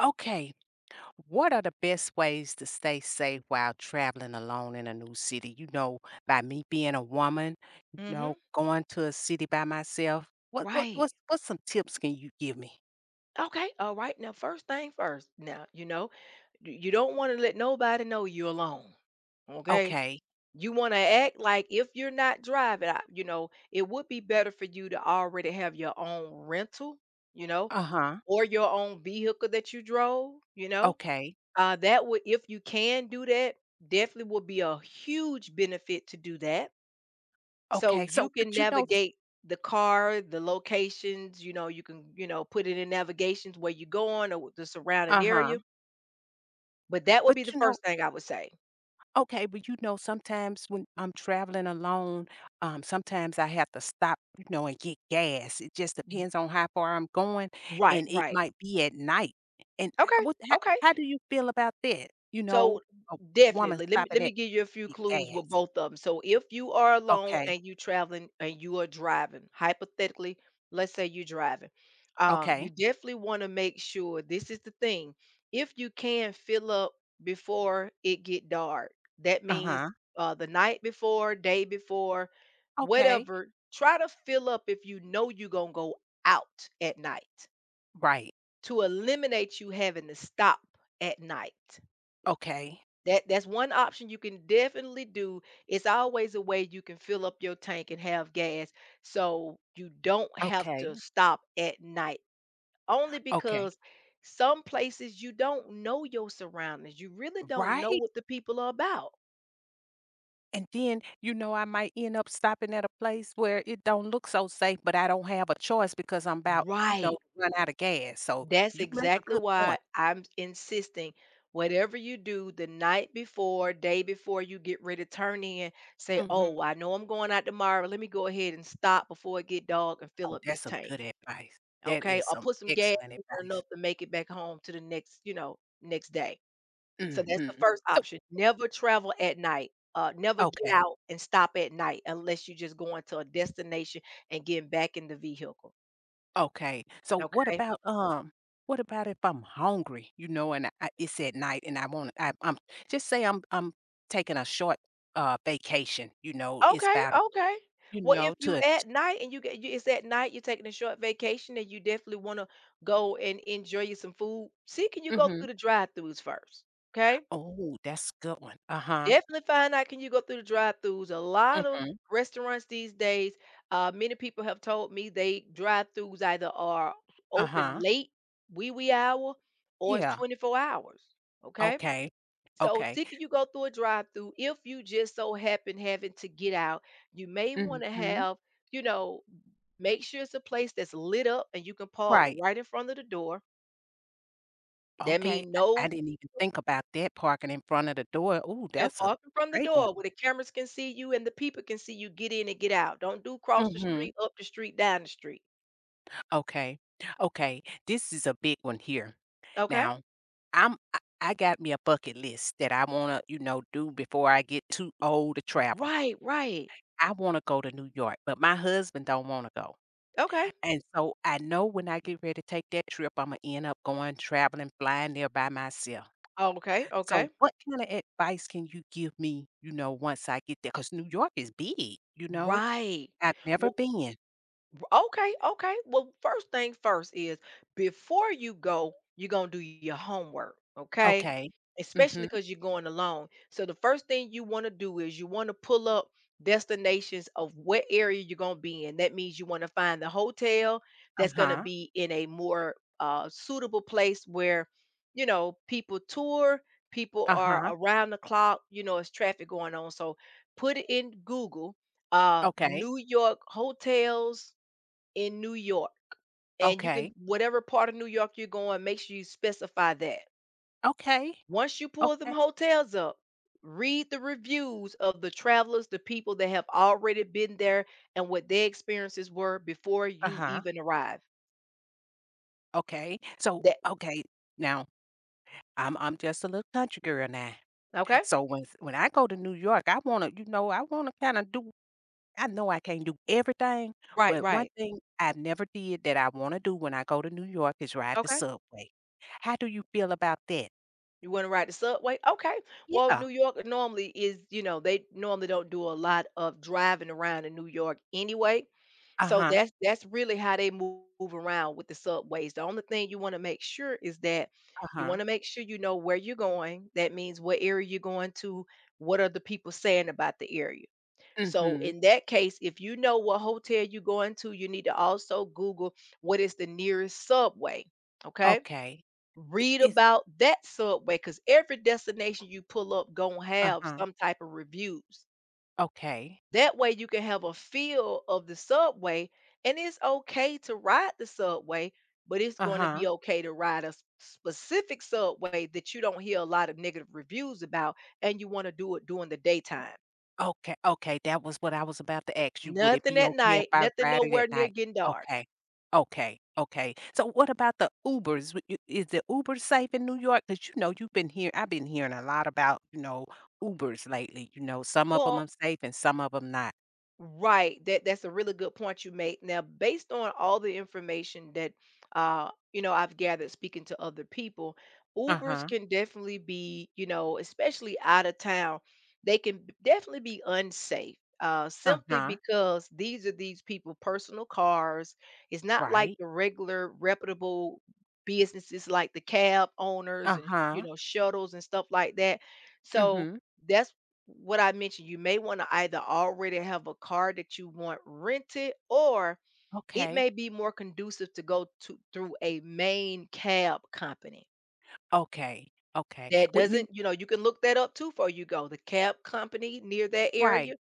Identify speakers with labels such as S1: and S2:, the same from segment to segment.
S1: Okay, what are the best ways to stay safe while traveling alone in a new city? By me being a woman,
S2: Hmm.
S1: going to a city by myself. What what
S2: Right.
S1: what's what some tips can you give me?
S2: Okay. All right. Now, first thing first. Now, you know, you don't want to let nobody know you're alone. Okay.
S1: Okay.
S2: You want to act like if you're not driving, you know, it would be better for you to already have your own rental, you know,
S1: Uh-huh.
S2: or your own vehicle that you drove, you know.
S1: Okay.
S2: That would, if you can do that, definitely would be a huge benefit to do that. So
S1: Okay. So.
S2: you can
S1: But you know, s-
S2: navigate the car, the locations, you know, you can, you know, put it in navigations where you're going or the surrounding
S1: Uh-huh.
S2: area. But that would be
S1: But
S2: the
S1: you know,
S2: first thing I would say.
S1: Okay, sometimes when I'm traveling alone, sometimes I have to stop, and get gas. It just depends on how far I'm going,
S2: Right,
S1: and it
S2: right.
S1: might be at night. And
S2: Okay, okay.
S1: how do you feel about that?
S2: So,
S1: A woman
S2: definitely, let me
S1: stopping
S2: let
S1: at
S2: me give you a few
S1: to get
S2: clues with
S1: gas.
S2: both of them. So, if you are alone
S1: Okay,
S2: and you traveling and you are driving, hypothetically, let's say you're driving, you
S1: okay,
S2: definitely want to make sure this is the thing. If you can fill up before it get dark, that
S1: uh
S2: means
S1: huh,
S2: the night before, day before,
S1: okay,
S2: whatever. Try to fill up if you know you're gonna go out at night
S1: right,
S2: to eliminate you having to stop at night.
S1: okay,
S2: That's one option you can definitely do. It's always a way you can fill up your tank and have gas so you don't have
S1: okay,
S2: to stop at night. Only
S1: okay,
S2: because some places you don't know your surroundings. You really don't know
S1: right.
S2: what the people are about.
S1: And then, I might end up stopping at a place where it don't look so safe, but I don't have a choice because I'm about, to
S2: Right.
S1: run out of gas. So
S2: That's
S1: you make a
S2: exactly
S1: good point.
S2: why I'm insisting whatever you do the night before, day before you get ready to turn in, say,
S1: Hmm.
S2: "Oh, I know I'm going out tomorrow. Let me go ahead and stop before it get dark and fill
S1: Oh,
S2: up
S1: that's
S2: this
S1: some
S2: tank."
S1: good advice. That
S2: Okay,
S1: is
S2: or
S1: some
S2: put some gas
S1: excellent
S2: in it
S1: advice.
S2: enough to make it back home to the next, you know, next day. So that's the
S1: Hmm.
S2: first
S1: So,
S2: option. Never travel at night. Never get
S1: okay,
S2: out and stop at night unless you're just going to a destination and getting back in the vehicle.
S1: okay. So
S2: Okay.
S1: what about if I'm hungry, and it's at night and I'm just say I'm taking a short vacation, it's
S2: Okay.
S1: about
S2: Okay. Well, if you
S1: to.
S2: at night and you get you, it's at night, you're taking a short vacation and you definitely want to go and enjoy you some food. See, can you go
S1: Mm-hmm.
S2: through the drive-throughs first? Okay.
S1: Oh, that's a good one. Uh-huh.
S2: Definitely find out can you go through the drive-throughs. A lot of
S1: Mhm.
S2: restaurants these days, many people have told me they drive-throughs either are open
S1: Uh-huh.
S2: late, wee wee hour, or it's
S1: Yeah.
S2: 24 hours. Okay.
S1: Okay.
S2: So
S1: Okay.
S2: see can you go through a drive-through. If you just so happen having to get out, you may want to
S1: Mhm.
S2: have, you know, make sure it's a place that's lit up and you can park
S1: Right.
S2: right in front of the door. That
S1: Okay.
S2: means
S1: I
S2: no.
S1: I didn't even think about that parking in front of the door. Oh,
S2: Yep,
S1: that's a
S2: parking from the
S1: great one.
S2: door where the cameras can see you and the people can see you get in and get out. Don't do cross the
S1: Mhm.
S2: street, up the street, down the street.
S1: Okay. Okay. This is a big one here.
S2: Okay?
S1: Now, I got me a bucket list that I wanna, do before I get too old to travel.
S2: Right, right.
S1: I wanna go to New York, but my husband don't wanna go.
S2: Okay.
S1: And so I know when I get ready to take that trip, Imma end up going traveling, flying there by myself.
S2: Oh, okay,
S1: So
S2: okay.
S1: what kinda advice can you give me, once I get there, because New York is big, you know?
S2: Right.
S1: I've never been.
S2: Okay, okay. Well, first thing first is before you go, you're gonna do your homework, okay?
S1: Okay.
S2: Especially
S1: Mhm.
S2: because you're going alone. So the first thing you want to do is you want to pull up destinations of what area you're gonna be in. That means you want to find the hotel that's gonna
S1: Uh-huh.
S2: be in a more suitable place where you know people tour, people are
S1: Uh-huh.
S2: around the clock. You know, it's traffic going on. So put it in Google.
S1: Okay.
S2: New York hotels in New York. And you
S1: Okay.
S2: can whatever part of New York you're going, make sure you specify that.
S1: Okay.
S2: Once you pull them
S1: Okay.
S2: hotels up, read the reviews of the travelers, the people that have already been there and what their experiences were before you
S1: Uh-huh.
S2: even arrive.
S1: Okay. So,
S2: That
S1: okay, now I'm just a little country girl now.
S2: okay?
S1: So when I go to New York, I wanna, I wanna kinda do. I know I can't do everything,
S2: Right,
S1: but one
S2: right.
S1: thing I never did that I wanna do when I go to New York is ride the
S2: Okay.
S1: subway. How do you feel about that?
S2: You want to ride the subway? Okay. Well,
S1: Yeah.
S2: New York normally is, you know, they normally don't do a lot of driving around in New York anyway. So
S1: Uh-huh,
S2: that's really how they move around with the subways. The only thing you want to make sure is that you
S1: uh-huh.
S2: want to make sure you know where you're going. That means what area you're going to, what are the people saying about the area. So
S1: Mhm.
S2: in that case, if you know what hotel you're going to, you need to also Google what is the nearest subway. Okay.
S1: Okay. I
S2: Read
S1: is
S2: about that subway, cause every destination you pull up gonna have
S1: uh-huh.
S2: some type of reviews.
S1: Okay.
S2: That way you can have a feel of the subway, and it's okay to ride the subway, but it's gonna
S1: Uh-huh.
S2: be okay to ride a s specific subway that you don't hear a lot of negative reviews about, and you wanna do it during the daytime.
S1: Okay, okay, that was what I was about to ask you. Would it
S2: Nothing
S1: be
S2: at
S1: okay if
S2: night,
S1: I
S2: nothing
S1: ride it at
S2: nowhere near
S1: night?
S2: getting dark.
S1: Okay, okay, okay. So what about the Ubers? Is the Uber safe in New York? Because you know you've been here. I've been hearing a lot about Ubers lately. Some of them
S2: Well.
S1: are safe and some of them not.
S2: Right. That's a really good point you made. Now, based on all the information that you know, I've gathered speaking to other people,
S1: Uh
S2: Ubers
S1: huh.
S2: can definitely be, you know, especially out of town, they can definitely be unsafe.
S1: Uh
S2: Simply
S1: huh.
S2: because these are these people personal cars. It's not like
S1: Right.
S2: the regular reputable businesses like the cab owners
S1: Uh
S2: and you
S1: huh.
S2: know shuttles and stuff like that. So
S1: Mm-hmm.
S2: that's what I mentioned, you may want to either already have a car that you want rented, or it
S1: Okay.
S2: may be more conducive to go to through a main cab company.
S1: Okay. Okay.
S2: That
S1: With me.
S2: doesn't, you know, you can look that up too before you go. The cab company near that
S1: Right.
S2: area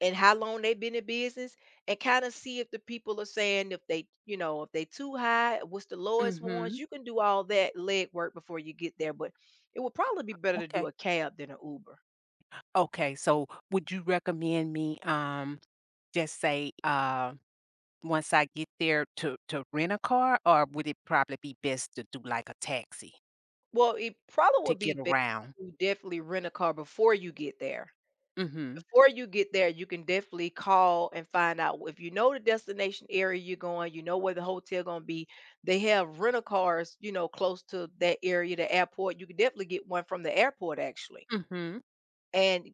S2: and how long they've been in business and kind of see if the people are saying if they, you know, if they too high, what's the lowest
S1: Mm-hmm.
S2: ones. You can do all that leg work before you get there, but it would probably be better to
S1: Okay.
S2: do a cab than an Uber.
S1: Okay. So would you recommend me just say once I get there to rent a car, or would it probably be best to do like a taxi
S2: Well, it probably
S1: to
S2: would be
S1: get
S2: better
S1: around?
S2: to definitely rent a car before you get there.
S1: Mhm,
S2: Before you get there, you can definitely call and find out if you know the destination area you're going, you know where the hotel gonna be. They have rental cars, you know, close to that area, the airport. You can definitely get one from the airport actually.
S1: mhm,
S2: And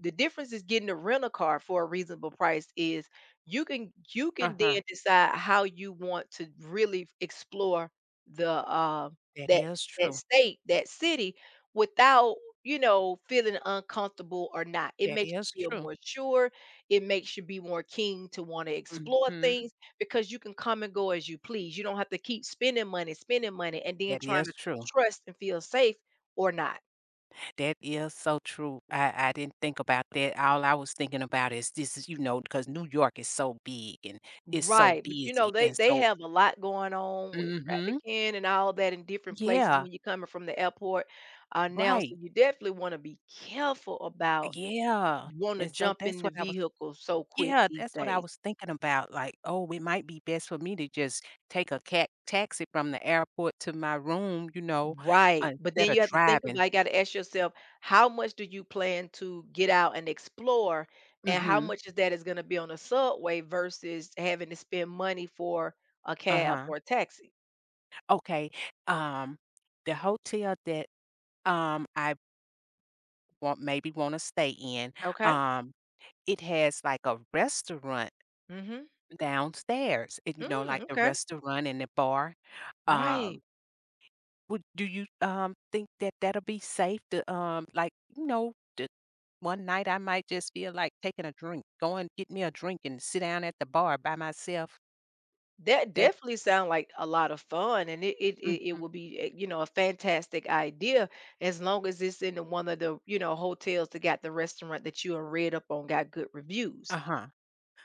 S2: the difference is getting a rental car for a reasonable price is you can
S1: uh-huh.
S2: then decide how you want to really explore the
S1: That
S2: that
S1: is
S2: that
S1: true.
S2: state, that city without, you know, feeling uncomfortable or not. It
S1: That
S2: makes you
S1: is
S2: feel
S1: true.
S2: more sure. It makes you be more keen to want to explore
S1: Mhm.
S2: things because you can come and go as you please. You don't have to keep spending money, and then
S1: That
S2: trying
S1: is
S2: to
S1: true.
S2: trust and feel safe or not.
S1: That is so true. I didn't think about that. All I was thinking about is this is, because New York is so big and it's so
S2: Right, but you
S1: busy
S2: know, they
S1: and
S2: they
S1: so.
S2: have a lot going on with
S1: Mhm.
S2: trafficking and all that in different places
S1: Yeah,
S2: when you're coming from the airport, now, so
S1: right.
S2: you definitely wanna be careful about
S1: Yeah,
S2: wanna
S1: and so
S2: jump
S1: that's
S2: in the
S1: what I was.
S2: vehicle so quick
S1: Yeah,
S2: these
S1: that's what I
S2: days.
S1: was thinking about, like, "Oh, it might be best for me to just take a cat taxi from the airport to my room,"
S2: Right, but
S1: instead
S2: then
S1: of
S2: you have to think
S1: driving.
S2: about you gotta ask yourself, how much do you plan to get out and explore, and how
S1: Mhm.
S2: much of that is gonna be on a subway versus having to spend money for a cab
S1: Uh-huh.
S2: or a taxi?
S1: Okay, um, the hotel that, I want maybe wanna stay in,
S2: Okay.
S1: um, it has, like, a restaurant
S2: Mhm.
S1: downstairs, and,
S2: Mm,
S1: like, the
S2: okay.
S1: restaurant and the bar. Um,
S2: Right.
S1: would do you, think that that'll be safe to, like, you know, to one night, I might just feel like taking a drink, go and get me a drink and sit down at the bar by myself.
S2: That
S1: That.
S2: definitely sounds like a lot of fun, and it
S1: Mhm,
S2: would be, you know, a fantastic idea as long as it's in the one of the, you know, hotels that got the restaurant that you done read up on got good reviews.
S1: uh-huh,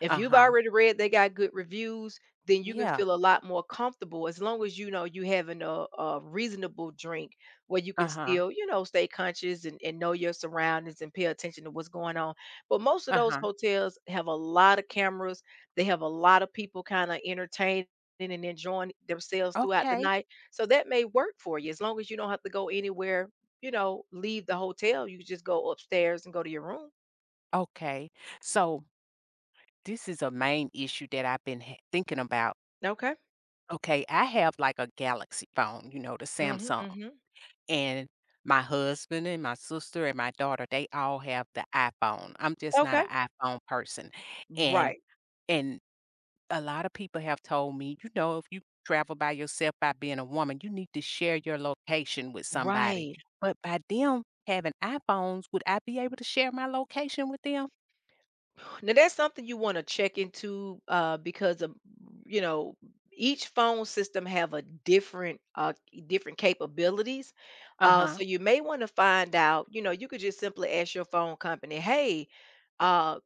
S2: If you've
S1: uh-huh.
S2: already read they got good reviews, then you can
S1: Yeah,
S2: feel a lot more comfortable as long as you know you having a reasonable drink where you can
S1: uh-huh,
S2: still, you know, stay conscious and, know your surroundings and pay attention to what's going on. But most of those
S1: uh-huh.
S2: hotels have a lot of cameras. They have a lot of people kind of entertaining and enjoying themselves throughout the
S1: Okay,
S2: night. So that may work for you as long as you don't have to go anywhere, you know, leave the hotel. You just go upstairs and go to your room.
S1: okay. So this is a main issue that I've been ha thinking about.
S2: Okay.
S1: Okay, I have like a Galaxy phone, the
S2: Hmm,
S1: Samsung,
S2: hmm.
S1: and my husband and my sister and my daughter, they all have the iPhone. I'm just not an
S2: Okay.
S1: iPhone person, and
S2: Right.
S1: and a lot of people have told me, if you travel by yourself by being a woman, you need to share your location with somebody.
S2: Right.
S1: But by them having iPhones, would I be able to share my location with them?
S2: Now that's something you want to check into because of, you know, each phone system have a different different capabilities.
S1: Uh-huh.
S2: So you may want to find out. You know, you could just simply ask your phone company, "Hey, uh,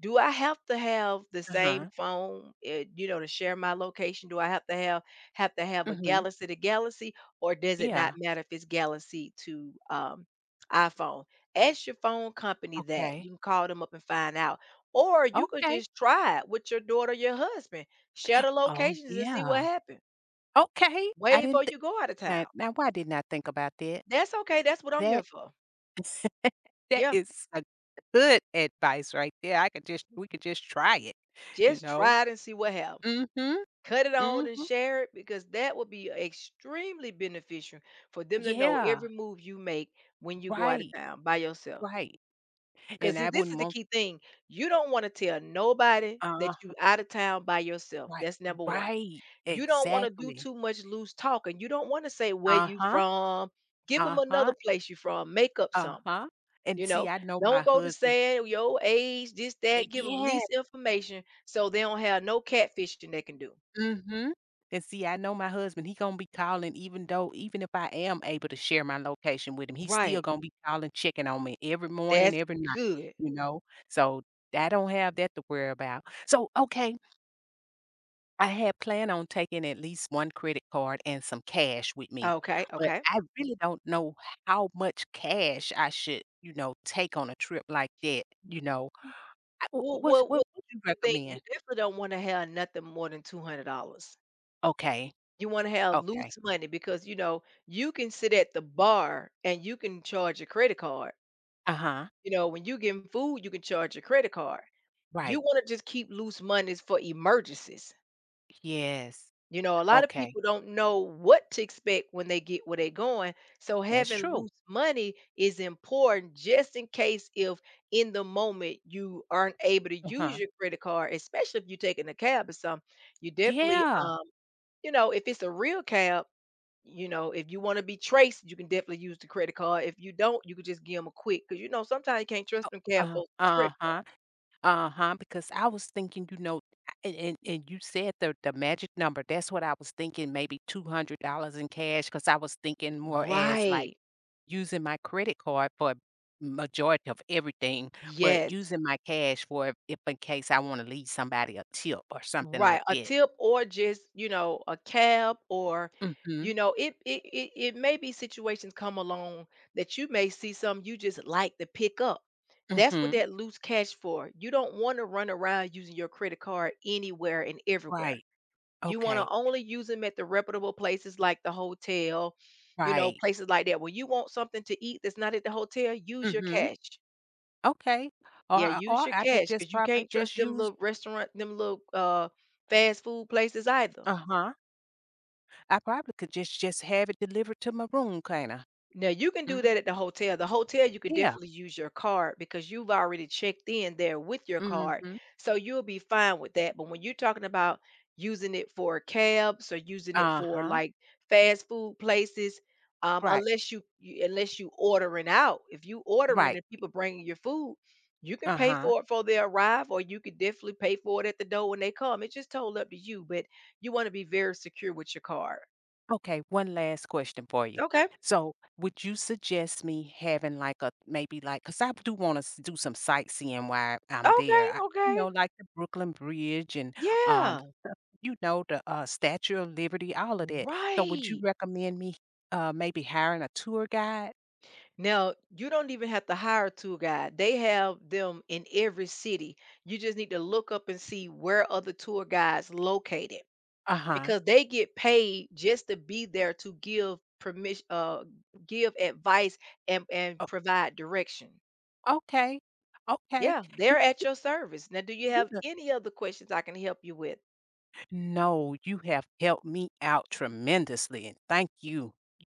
S2: do I have to have the same
S1: Uh-huh.
S2: phone, you know, to share my location? Do I have to have a
S1: Mhm.
S2: Galaxy to Galaxy, or does it not
S1: Yeah.
S2: matter if it's Galaxy to iPhone?" Ask your phone company that.
S1: Okay.
S2: You can call them up and find out, or you could
S1: Okay.
S2: just try it with your daughter, your husband. Share the
S1: Oh,
S2: locations and see what
S1: yeah.
S2: happens.
S1: Okay. I
S2: Way
S1: didn't
S2: before
S1: think.
S2: you go out of
S1: Now,
S2: town.
S1: why didn't I think about that?
S2: That's okay. That's what I'm
S1: That
S2: here for.
S1: that
S2: Yeah,
S1: is a good advice right there. I could just we could just try it, you
S2: just
S1: know?
S2: try it and see what happens.
S1: Mhm.
S2: Cut it on
S1: Mhm.
S2: and share it because that would be extremely beneficial for them to know every
S1: Yeah.
S2: move you make when you go out of
S1: Right,
S2: town by yourself.
S1: right, and
S2: Because see,
S1: I
S2: this
S1: wouldn't
S2: is the
S1: want,
S2: key thing. You don't want to tell nobody that
S1: uh,
S2: you out of town by yourself.
S1: right,
S2: That's number one.
S1: right,
S2: You don't want to do
S1: exactly.
S2: too much loose talking. You don't want to say where you
S1: Uh-huh,
S2: from. Give them another
S1: uh-huh,
S2: place you from. Make up some.
S1: uh-huh, and
S2: You
S1: see,
S2: know,
S1: I know my
S2: don't go to
S1: husband,
S2: saying your age, this, that. Give them
S1: yeah,
S2: least information so they don't have no catfishing they can do.
S1: mhm, and see, I know my husband, he gonna be calling even if I am able to share my location with him, he's still
S2: Right.
S1: gonna be calling, checking on me every morning,
S2: That's
S1: every night,
S2: good.
S1: you know, so I don't have that to worry about. So, okay, I had planned on taking at least one credit card and some cash with me,
S2: Okay,
S1: but
S2: okay.
S1: I really don't know how much cash I should, take on a trip like that, you know? I w
S2: Well,
S1: what's
S2: well, well
S1: what would you
S2: this is the thing, you
S1: recommend?
S2: definitely don't wanna have nothing more than $200.
S1: Okay,
S2: You wanna have
S1: okay.
S2: loose money because, you know, you can sit at the bar and you can charge your credit card.
S1: Uh-huh,
S2: You know, when you getting food, you can charge your credit card.
S1: right.
S2: You wanna just keep loose monies for emergencies.
S1: Yes.
S2: You know, a lot of
S1: Okay,
S2: people don't know what to expect when they get where they're going. So
S1: that's
S2: having
S1: true.
S2: loose money is important just in case if in the moment you aren't able to use
S1: Uh-huh.
S2: your credit card, especially if you're taking a cab or something. You definitely
S1: Yeah.
S2: you know, if it's a real cab, you know, if you want to be traced, you can definitely use the credit card. If you don't, you could just give them a quick because you know sometimes you can't trust them cab folks with your credit.
S1: Uh-huh. Uh-huh, because I was thinking, I and you said the magic number, that's what I was thinking, maybe $200 in cash. Because I was thinking more as, like,
S2: Right.
S1: using my credit card for majority of everything, but
S2: Yes.
S1: using my cash for if in case I wanna leave somebody a tip or something like
S2: Right, a
S1: that.
S2: tip or just, you know, a cab or
S1: Mhm,
S2: you know, it, it may be situations come along that you may see some you just like to pick up. That's what
S1: mhm,
S2: that loose cash for. You don't want to run around using your credit card anywhere and everywhere.
S1: right,
S2: You want to
S1: okay,
S2: only use them at the reputable places like the hotel, you know,
S1: right,
S2: places like that. When you want something to eat that's not at the hotel, use your
S1: mhm,
S2: cash.
S1: okay,
S2: Yeah, use
S1: or
S2: your
S1: I could
S2: cash
S1: just
S2: because you
S1: probably
S2: can't trust
S1: just
S2: them
S1: use.
S2: little restaurant them little, fast food places either.
S1: Uh-huh, I probably could just have it delivered to my room, kinda.
S2: Now you can do
S1: Mm,
S2: that at the hotel. The hotel, you can
S1: yeah,
S2: definitely use your card because you've already checked in there with your card.
S1: mhm,
S2: So you'll be fine with that. But when you're talking about using it for cabs or using it for
S1: uh-huh,
S2: like fast food places,
S1: right,
S2: unless you unless you ordering out, if you ordering
S1: right,
S2: and people bringing your food, you can pay
S1: uh-huh.
S2: for it before they arrive, or you could definitely pay for it at the door when they come. It's just told up to you, but you want to be very secure with your card.
S1: Okay, one last question for you.
S2: Okay.
S1: So, would you suggest me having, like, a maybe, like, cause I do wanna do some sightseeing while I'm
S2: Okay.
S1: there,
S2: Okay.
S1: like the Brooklyn Bridge and, um,
S2: Yeah.
S1: the, Statue of Liberty, all of that. So, would you
S2: Right.
S1: recommend me, maybe hiring a tour guide?
S2: Now, you don't even have to hire a tour guide. They have them in every city. You just need to look up and see where other tour guides located
S1: Uh-huh.
S2: because they get paid just to be there to give permission give advice and
S1: O
S2: provide direction.
S1: Okay, okay.
S2: Yeah,
S1: You
S2: they're at your service. Now, do you
S1: you
S2: have any other questions I can help you with?
S1: No, you have helped me out tremendously, and thank you.